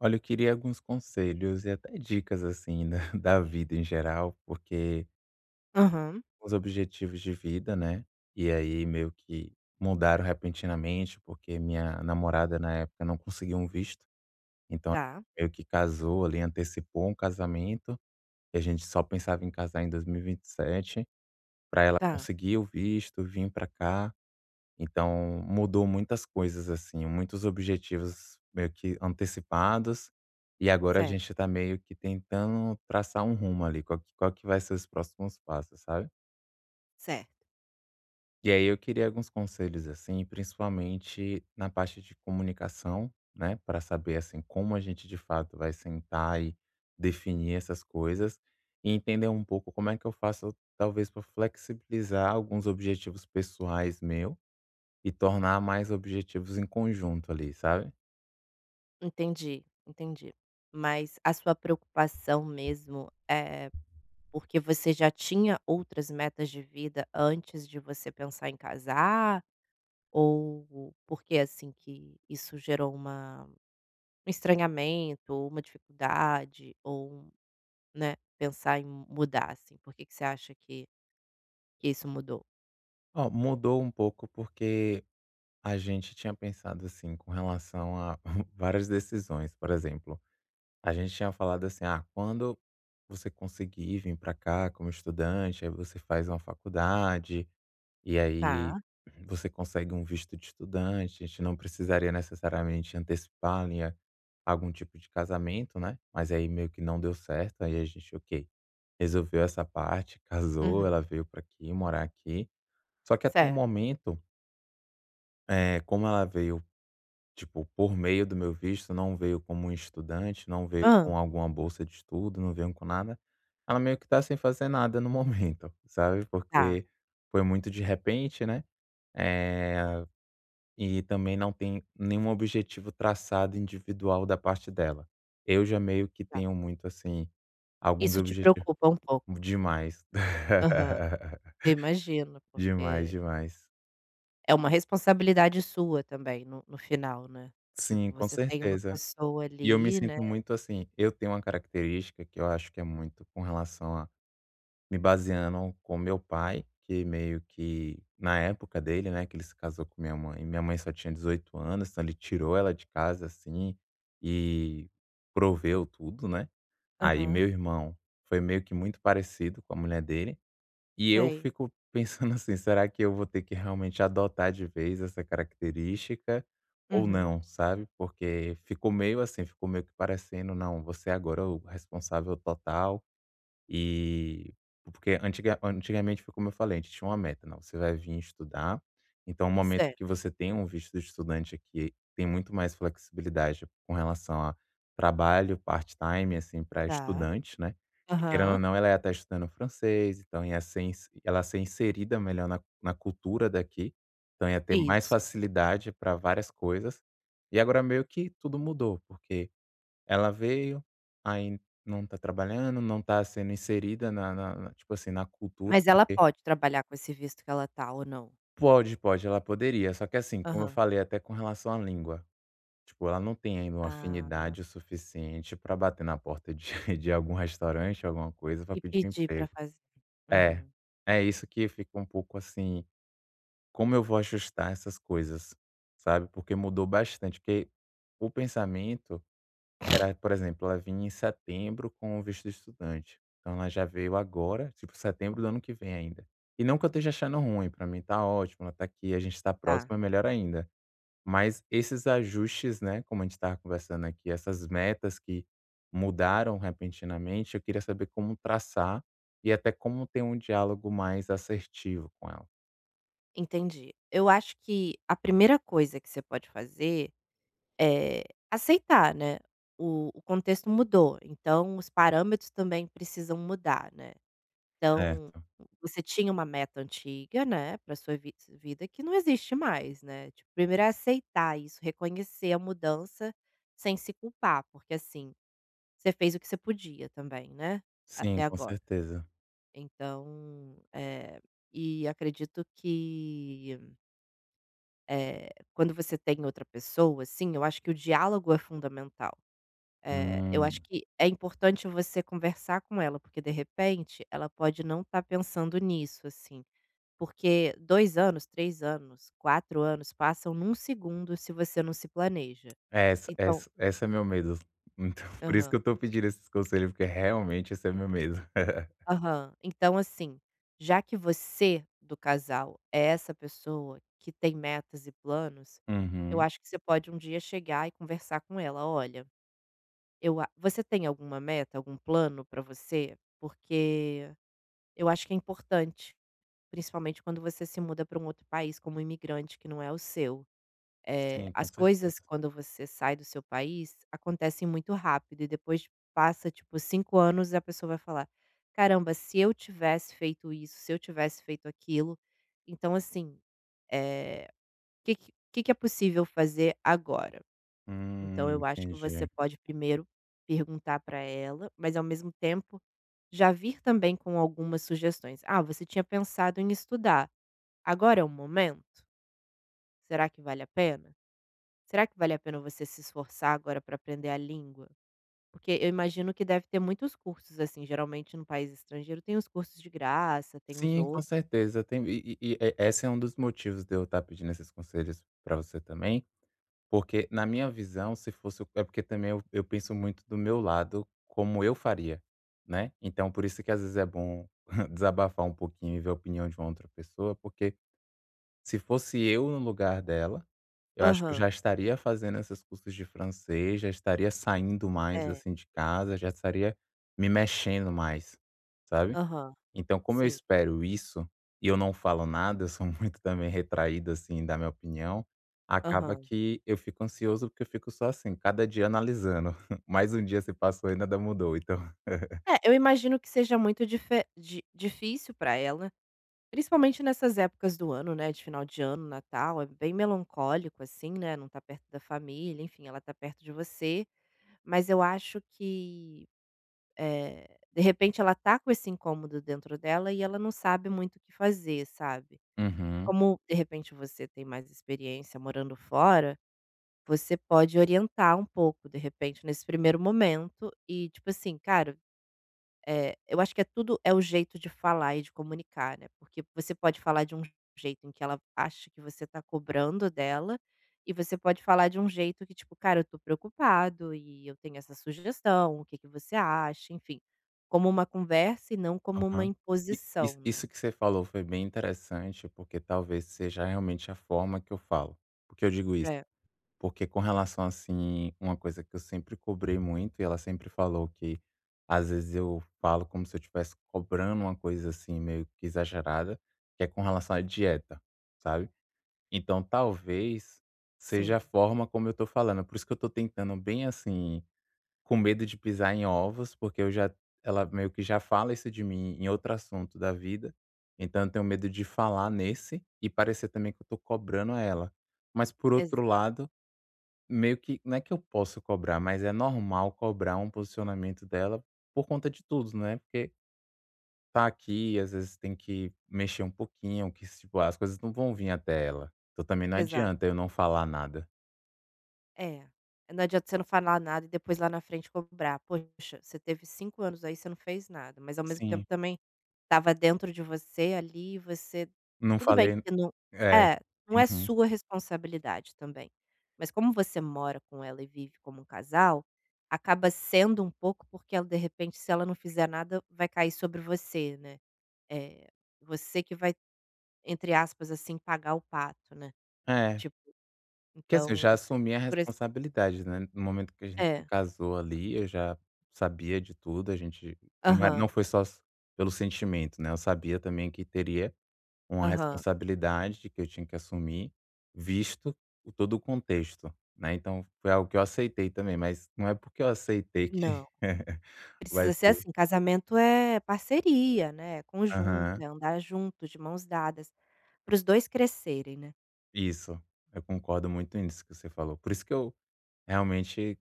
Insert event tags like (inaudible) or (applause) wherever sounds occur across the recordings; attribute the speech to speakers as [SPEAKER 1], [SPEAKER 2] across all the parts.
[SPEAKER 1] Olha, eu queria alguns conselhos e até dicas, assim, da (laughs) da vida em geral, porque
[SPEAKER 2] Aham,
[SPEAKER 1] os objetivos de vida, né, e aí meio que mudaram repentinamente, porque minha namorada, na época, não conseguiu um visto, então
[SPEAKER 2] tá,
[SPEAKER 1] meio que casou ali, antecipou um casamento, e a gente só pensava em casar em 2027, para ela
[SPEAKER 2] tá,
[SPEAKER 1] conseguir o visto, vir para cá. Então, mudou muitas coisas, assim, muitos objetivos meio que antecipados, e agora a
[SPEAKER 2] certo.
[SPEAKER 1] gente tá meio que tentando traçar um rumo ali, qual que vai ser os próximos passos, sabe.
[SPEAKER 2] Certo.
[SPEAKER 1] E aí eu queria alguns conselhos, assim, principalmente na parte de comunicação, né, para saber, assim, como a gente de fato vai sentar e definir essas coisas, e entender um pouco como é que eu faço, talvez, para flexibilizar alguns objetivos pessoais meu e tornar mais objetivos em conjunto ali, sabe.
[SPEAKER 2] Entendi, entendi. Mas a sua preocupação mesmo é porque você já tinha outras metas de vida antes de você pensar em casar? Ou porque assim que isso gerou uma um estranhamento, ou uma dificuldade, ou, né, pensar em mudar assim? Por que que você acha que isso mudou?
[SPEAKER 1] Ó, mudou um pouco porque a gente tinha pensado, assim, com relação a (laughs) várias decisões, por exemplo, a gente tinha falado assim: "Ah, quando você conseguir vir para cá como estudante, aí você faz uma faculdade, e aí
[SPEAKER 2] Tá,
[SPEAKER 1] você consegue um visto de estudante", a gente não precisaria necessariamente antecipar ali a algum tipo de casamento, né, mas aí meio que não deu certo, aí a gente: "Ok, resolveu essa parte, casou,
[SPEAKER 2] uhum,
[SPEAKER 1] ela veio pra aqui, morar aqui. Só que até o
[SPEAKER 2] certo.
[SPEAKER 1] momento, como ela veio, tipo, por meio do meu visto, não veio como um estudante, não veio
[SPEAKER 2] Hã,
[SPEAKER 1] com alguma bolsa de estudo, não veio com nada, ela meio que tá sem fazer nada no momento, (laughs) sabe,
[SPEAKER 2] tá,
[SPEAKER 1] porque foi muito de repente, né, eh, e também não tem nenhum objetivo traçado individual da parte dela. Eu já meio que
[SPEAKER 2] tá.
[SPEAKER 1] tenho muito, assim, alguns
[SPEAKER 2] Isso te
[SPEAKER 1] objetivos
[SPEAKER 2] preocupa um pouco.
[SPEAKER 1] demais.
[SPEAKER 2] Aham.
[SPEAKER 1] (laughs)
[SPEAKER 2] Eu imagino,
[SPEAKER 1] Demais,
[SPEAKER 2] porque
[SPEAKER 1] demais.
[SPEAKER 2] é uma responsabilidade sua também no final, né.
[SPEAKER 1] Sim,
[SPEAKER 2] Tipo,
[SPEAKER 1] com
[SPEAKER 2] você tem uma
[SPEAKER 1] certeza.
[SPEAKER 2] pessoa
[SPEAKER 1] E eu me
[SPEAKER 2] ali, né.
[SPEAKER 1] sinto muito assim, eu tenho uma característica que eu acho que é muito com relação a me baseando com meu pai, que meio que na época dele, né, que ele se casou com minha mãe só tinha 18 anos, então ele tirou ela de casa assim e proveu tudo, né? Aí
[SPEAKER 2] Aham,
[SPEAKER 1] meu irmão foi meio que muito parecido com a mulher dele. E eu
[SPEAKER 2] sei.
[SPEAKER 1] fico (laughs) pensando assim: "Será que eu vou ter que realmente adotar de vez essa característica ou não?",
[SPEAKER 2] Uhum.
[SPEAKER 1] sabe, porque ficou meio assim, ficou meio que parecendo: "Não, você agora é o responsável total". E porque antigamente foi como eu falei, a gente tinha uma meta, não, você vai vir estudar, então o momento
[SPEAKER 2] Certo,
[SPEAKER 1] que você tem um visto de estudante aqui, tem muito mais flexibilidade com relação a trabalho part-time, assim, para
[SPEAKER 2] tá.
[SPEAKER 1] estudante, né, e querendo ou
[SPEAKER 2] Aham,
[SPEAKER 1] não ela ia estar estudando francês, então ia ser ins ela ia ser inserida melhor na na cultura daqui, então ia ter mais
[SPEAKER 2] isso.
[SPEAKER 1] facilidade para várias coisas, e agora meio que tudo mudou, porque ela veio, aí não tá trabalhando, não tá sendo inserida na tipo assim, na cultura,
[SPEAKER 2] Mas ela
[SPEAKER 1] porque
[SPEAKER 2] pode trabalhar com esse visto que ela tá ou não?
[SPEAKER 1] pode, pode, ela poderia, só que assim, como eu
[SPEAKER 2] Aham.
[SPEAKER 1] falei até com relação à língua, tipo, ela não tem ainda uma
[SPEAKER 2] Ah,
[SPEAKER 1] afinidade o suficiente pra bater na porta de (laughs) de algum restaurante, alguma coisa, pra
[SPEAKER 2] e
[SPEAKER 1] pedir um
[SPEAKER 2] pedir pra
[SPEAKER 1] emprego.
[SPEAKER 2] fazer.
[SPEAKER 1] É,
[SPEAKER 2] Uhum,
[SPEAKER 1] é isso que fica um pouco assim, como eu vou ajustar essas coisas, sabe, porque mudou bastante, porque o pensamento era, por exemplo, ela vinha em setembro com o visto de estudante. Então ela já veio agora, tipo, setembro do ano que vem ainda. E não que eu esteja achando ruim, pra mim tá ótimo, ela tá aqui, a gente tá
[SPEAKER 2] tá,
[SPEAKER 1] próximo, é melhor ainda. Mas esses ajustes, né, como a gente estava conversando aqui, essas metas que mudaram repentinamente, eu queria saber como traçar e até como ter um diálogo mais assertivo com ela.
[SPEAKER 2] entendi. Eu acho que a primeira coisa que você pode fazer. Eh, Aceitar, né, o contexto mudou, então os parâmetros também precisam mudar, né. Então,
[SPEAKER 1] Certo.
[SPEAKER 2] você tinha uma meta antiga, né, para sua vi vida que não existe mais, né, tipo, primeiro é aceitar isso, reconhecer a mudança sem se culpar, porque, assim, você fez o que você podia também, né,
[SPEAKER 1] Sim,
[SPEAKER 2] até
[SPEAKER 1] com
[SPEAKER 2] agora.
[SPEAKER 1] certeza.
[SPEAKER 2] Então, e acredito que, quando você tem outra pessoa, assim, eu acho que o diálogo é fundamental. Eu acho
[SPEAKER 1] Hum.
[SPEAKER 2] que é importante você conversar com ela, porque de repente ela pode não estar pensando nisso, assim. Porque 2 anos, 3 anos, 4 anos passam num segundo se você não se planeja.
[SPEAKER 1] É, essa
[SPEAKER 2] Então,
[SPEAKER 1] essa essa é meu medo. Então, (laughs) por isso que
[SPEAKER 2] aham,
[SPEAKER 1] eu tô pedindo esses conselhos, porque realmente esse é meu medo. (laughs)
[SPEAKER 2] aham. Então assim, já que você do casal é essa pessoa que tem metas e planos, eu
[SPEAKER 1] Uhum.
[SPEAKER 2] acho que você pode um dia chegar e conversar com ela: "Olha, eu a você tem alguma meta, algum plano para você? Porque". Eu acho que é importante, principalmente quando você se muda para um outro país como imigrante que não é o seu.
[SPEAKER 1] Sim, com
[SPEAKER 2] As coisas
[SPEAKER 1] certeza.
[SPEAKER 2] quando você sai do seu país acontecem muito rápido e depois passa tipo 5 anos e a pessoa vai falar: "Caramba, se eu tivesse feito isso, se eu tivesse feito aquilo". Então assim, eh, o que que é possível fazer agora? Então eu acho que você
[SPEAKER 1] Entendi.
[SPEAKER 2] pode primeiro perguntar para ela, mas ao mesmo tempo já vir também com algumas sugestões: "Ah, você tinha pensado em estudar, agora é o momento? Será que vale a pena? Será que vale a pena você se esforçar agora para aprender a língua?". Porque eu imagino que deve ter muitos cursos, assim, geralmente no país estrangeiro tem os cursos de graça, tem os
[SPEAKER 1] Sim, com
[SPEAKER 2] outros.
[SPEAKER 1] certeza. Tem, esse é um dos motivos de eu estar pedindo esses conselhos para você também, porque na minha visão, se fosse o- é porque também eu penso muito do meu lado, como eu faria, né. Então por isso que às vezes é bom (laughs) desabafar um pouquinho e ver a opinião de uma outra pessoa, porque se fosse eu no lugar dela, eu acho que eu
[SPEAKER 2] Aham,
[SPEAKER 1] já estaria fazendo esses cursos de francês, já estaria saindo mais,
[SPEAKER 2] é,
[SPEAKER 1] assim, de casa, já estaria me mexendo mais, sabe.
[SPEAKER 2] aham,
[SPEAKER 1] Então como eu
[SPEAKER 2] sim,
[SPEAKER 1] espero isso, e eu não falo nada, eu sou (laughs) muito também retraído, assim, da minha opinião, acaba
[SPEAKER 2] aham.
[SPEAKER 1] que eu fico ansioso, porque eu fico só assim, cada dia analisando. (laughs) Mais um dia se passou e nada mudou, então
[SPEAKER 2] É, eu imagino que seja muito dife di difícil para ela. Principalmente nessas épocas do ano, né, de final de ano, Natal, é bem melancólico, assim, né, não tá perto da família, enfim, ela tá perto de você, mas eu acho que, de repente ela tá com esse incômodo dentro dela e ela não sabe muito o que fazer, sabe.
[SPEAKER 1] uhum,
[SPEAKER 2] Como, de repente, você tem mais experiência morando fora, você pode orientar um pouco, de repente, nesse primeiro momento e, tipo assim: "Cara". Eu acho que é tudo é o jeito de falar e de comunicar, né, porque você pode falar de um jeito em que ela acha que você tá cobrando dela, e você pode falar de um jeito que tipo: "Cara, eu tô preocupado e eu tenho essa sugestão, o que que você acha?", enfim, como uma conversa e não como uma
[SPEAKER 1] aham. E isso
[SPEAKER 2] imposição, né.
[SPEAKER 1] isso que você falou foi bem interessante, porque talvez seja realmente a forma que eu falo. Porque eu digo isso?
[SPEAKER 2] É,
[SPEAKER 1] Porque com relação, assim, uma coisa que eu sempre cobrei muito e ela sempre falou que às vezes eu falo como se eu estivesse cobrando uma coisa assim meio que exagerada, que é com relação à dieta, sabe? Então talvez seja a
[SPEAKER 2] sim,
[SPEAKER 1] forma como eu tô falando. Por isso que eu tô tentando bem assim, com medo de pisar em ovos, porque eu já, ela meio que já fala isso de mim em outro assunto da vida. Então eu tenho medo de falar nesse e parecer também que eu tô cobrando a ela. Mas por outro
[SPEAKER 2] exa
[SPEAKER 1] lado, meio que não é que eu posso cobrar, mas é normal cobrar um posicionamento dela por conta de tudo, né, porque tá aqui, às vezes tem que mexer um pouquinho, que tipo, as coisas não vão vir até ela, então também não
[SPEAKER 2] exato,
[SPEAKER 1] adianta eu não falar nada.
[SPEAKER 2] é. Não adianta você não falar nada e depois lá na frente cobrar: "Poxa, você teve 5 anos aí, você não fez nada", mas ao mesmo
[SPEAKER 1] Sim,
[SPEAKER 2] tempo também. Estava dentro de você ali, você,
[SPEAKER 1] não
[SPEAKER 2] tudo bem
[SPEAKER 1] falei,
[SPEAKER 2] que não
[SPEAKER 1] é,
[SPEAKER 2] é, não é
[SPEAKER 1] uhum.
[SPEAKER 2] sua responsabilidade também, mas como você mora com ela e vive como um casal, acaba sendo um pouco porque ela de repente se ela não fizer nada vai cair sobre você, né. Eh, Você que vai, entre aspas, assim, "pagar o pato", né,
[SPEAKER 1] É,
[SPEAKER 2] tipo,
[SPEAKER 1] porque assim, eu
[SPEAKER 2] então
[SPEAKER 1] já
[SPEAKER 2] o
[SPEAKER 1] assumi a
[SPEAKER 2] por esse
[SPEAKER 1] responsabilidade, né, no momento que a gente se
[SPEAKER 2] é.
[SPEAKER 1] casou ali, eu já sabia de tudo, a gente não é não
[SPEAKER 2] Aham,
[SPEAKER 1] foi pelo sentimento, né, eu sabia também que teria uma
[SPEAKER 2] aham.
[SPEAKER 1] responsabilidade que eu tinha que assumir, visto o todo o contexto, né, então foi algo que eu aceitei também, mas não é porque eu aceitei que
[SPEAKER 2] Não.
[SPEAKER 1] (laughs) vai
[SPEAKER 2] Precisa ser
[SPEAKER 1] ser.
[SPEAKER 2] assim, casamento é parceria, né, é conjunto,
[SPEAKER 1] Aham,
[SPEAKER 2] é andar junto, de mãos dadas, para os 2 crescerem, né.
[SPEAKER 1] isso. Eu concordo muito nisso que você falou. Por isso que eu realmente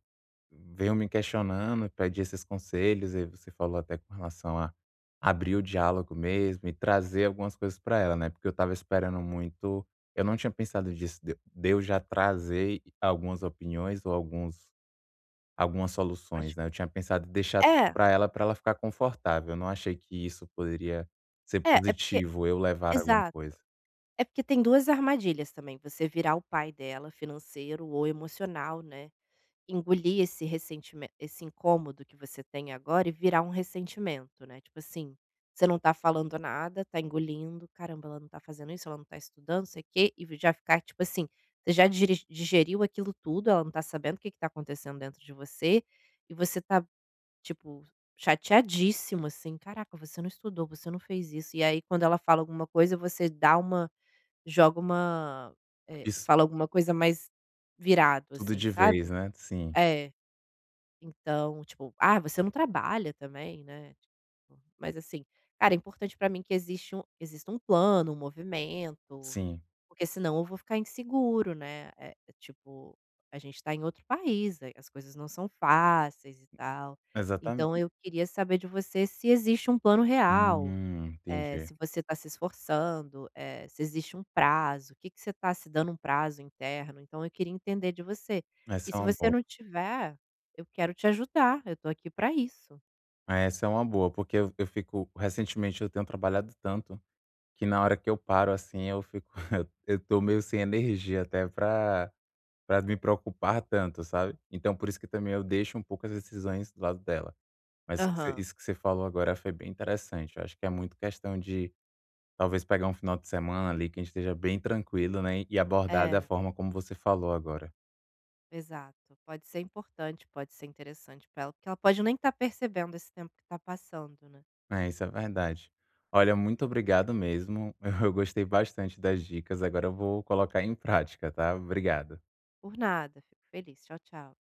[SPEAKER 1] venho me questionando, pedi esses conselhos, e você falou até com relação a abrir o diálogo mesmo e trazer algumas coisas para ela, né, porque eu estava esperando muito, eu não tinha pensado disso, de eu já trazer algumas opiniões ou alguns, algumas soluções,
[SPEAKER 2] Acho.
[SPEAKER 1] né, eu tinha pensado em deixar tudo
[SPEAKER 2] É,
[SPEAKER 1] para ela ficar confortável, eu não achei que isso poderia ser
[SPEAKER 2] é, é porque
[SPEAKER 1] positivo, eu levar alguma
[SPEAKER 2] exato,
[SPEAKER 1] coisa.
[SPEAKER 2] é porque tem 2 armadilhas também, você virar o pai dela, financeiro ou emocional, né. Engolir esse ressentimento, esse incômodo que você tem agora e virar um ressentimento, né, tipo assim, você não tá falando nada, tá engolindo, "Caramba, ela não tá fazendo isso, ela não tá estudando, não sei o quê", e já ficar, tipo assim, você já digeriu aquilo tudo, ela não tá sabendo o que que tá acontecendo dentro de você, e você tá, tipo, chateadíssimo, assim, "Caraca, você não estudou, você não fez isso", e aí quando ela fala alguma coisa você dá uma joga uma,
[SPEAKER 1] Isso
[SPEAKER 2] fala alguma coisa mais virado,
[SPEAKER 1] tudo
[SPEAKER 2] assim,
[SPEAKER 1] de vez,
[SPEAKER 2] sabe?
[SPEAKER 1] né. Sim,
[SPEAKER 2] É. Então, tipo, ah, você não trabalha também, né, tipo, mas assim, cara, é importante pra mim que existe um exista um plano, um movimento,
[SPEAKER 1] sim,
[SPEAKER 2] porque senão eu vou ficar inseguro, né, tipo, a gente tá em outro país, aí as coisas não são fáceis e tal. Então
[SPEAKER 1] exatamente.
[SPEAKER 2] eu queria saber de você se existe um plano real,
[SPEAKER 1] Entendi.
[SPEAKER 2] se você está se esforçando, se existe um prazo, o que que você está se dando um prazo interno, então eu queria entender de você. E
[SPEAKER 1] Essa é
[SPEAKER 2] se
[SPEAKER 1] uma
[SPEAKER 2] você
[SPEAKER 1] boa.
[SPEAKER 2] não tiver, eu quero te ajudar, eu estou aqui para isso.
[SPEAKER 1] Essa é uma boa, porque eu fico, recentemente eu tenho trabalhado tanto, que na hora que eu paro, assim, eu fico, (laughs) eu tô meio sem energia até pra me preocupar tanto, sabe. Então por isso que também eu deixo um pouco as decisões do lado dela. Mas que você,
[SPEAKER 2] Aham.
[SPEAKER 1] isso que você falou agora foi bem interessante. Eu acho que é muito questão de talvez pegar um final de semana ali que a gente esteja bem tranquilo, né, e abordar da
[SPEAKER 2] É,
[SPEAKER 1] forma como você falou agora.
[SPEAKER 2] exato. Pode ser importante, pode ser interessante para ela, porque ela pode nem estar percebendo esse tempo que está passando, né.
[SPEAKER 1] É, isso é verdade. Olha, muito obrigado mesmo. (laughs) Eu gostei bastante das dicas, agora eu vou colocar em prática, tá? Obrigado.
[SPEAKER 2] Por nada, fico feliz. Tchau, tchau.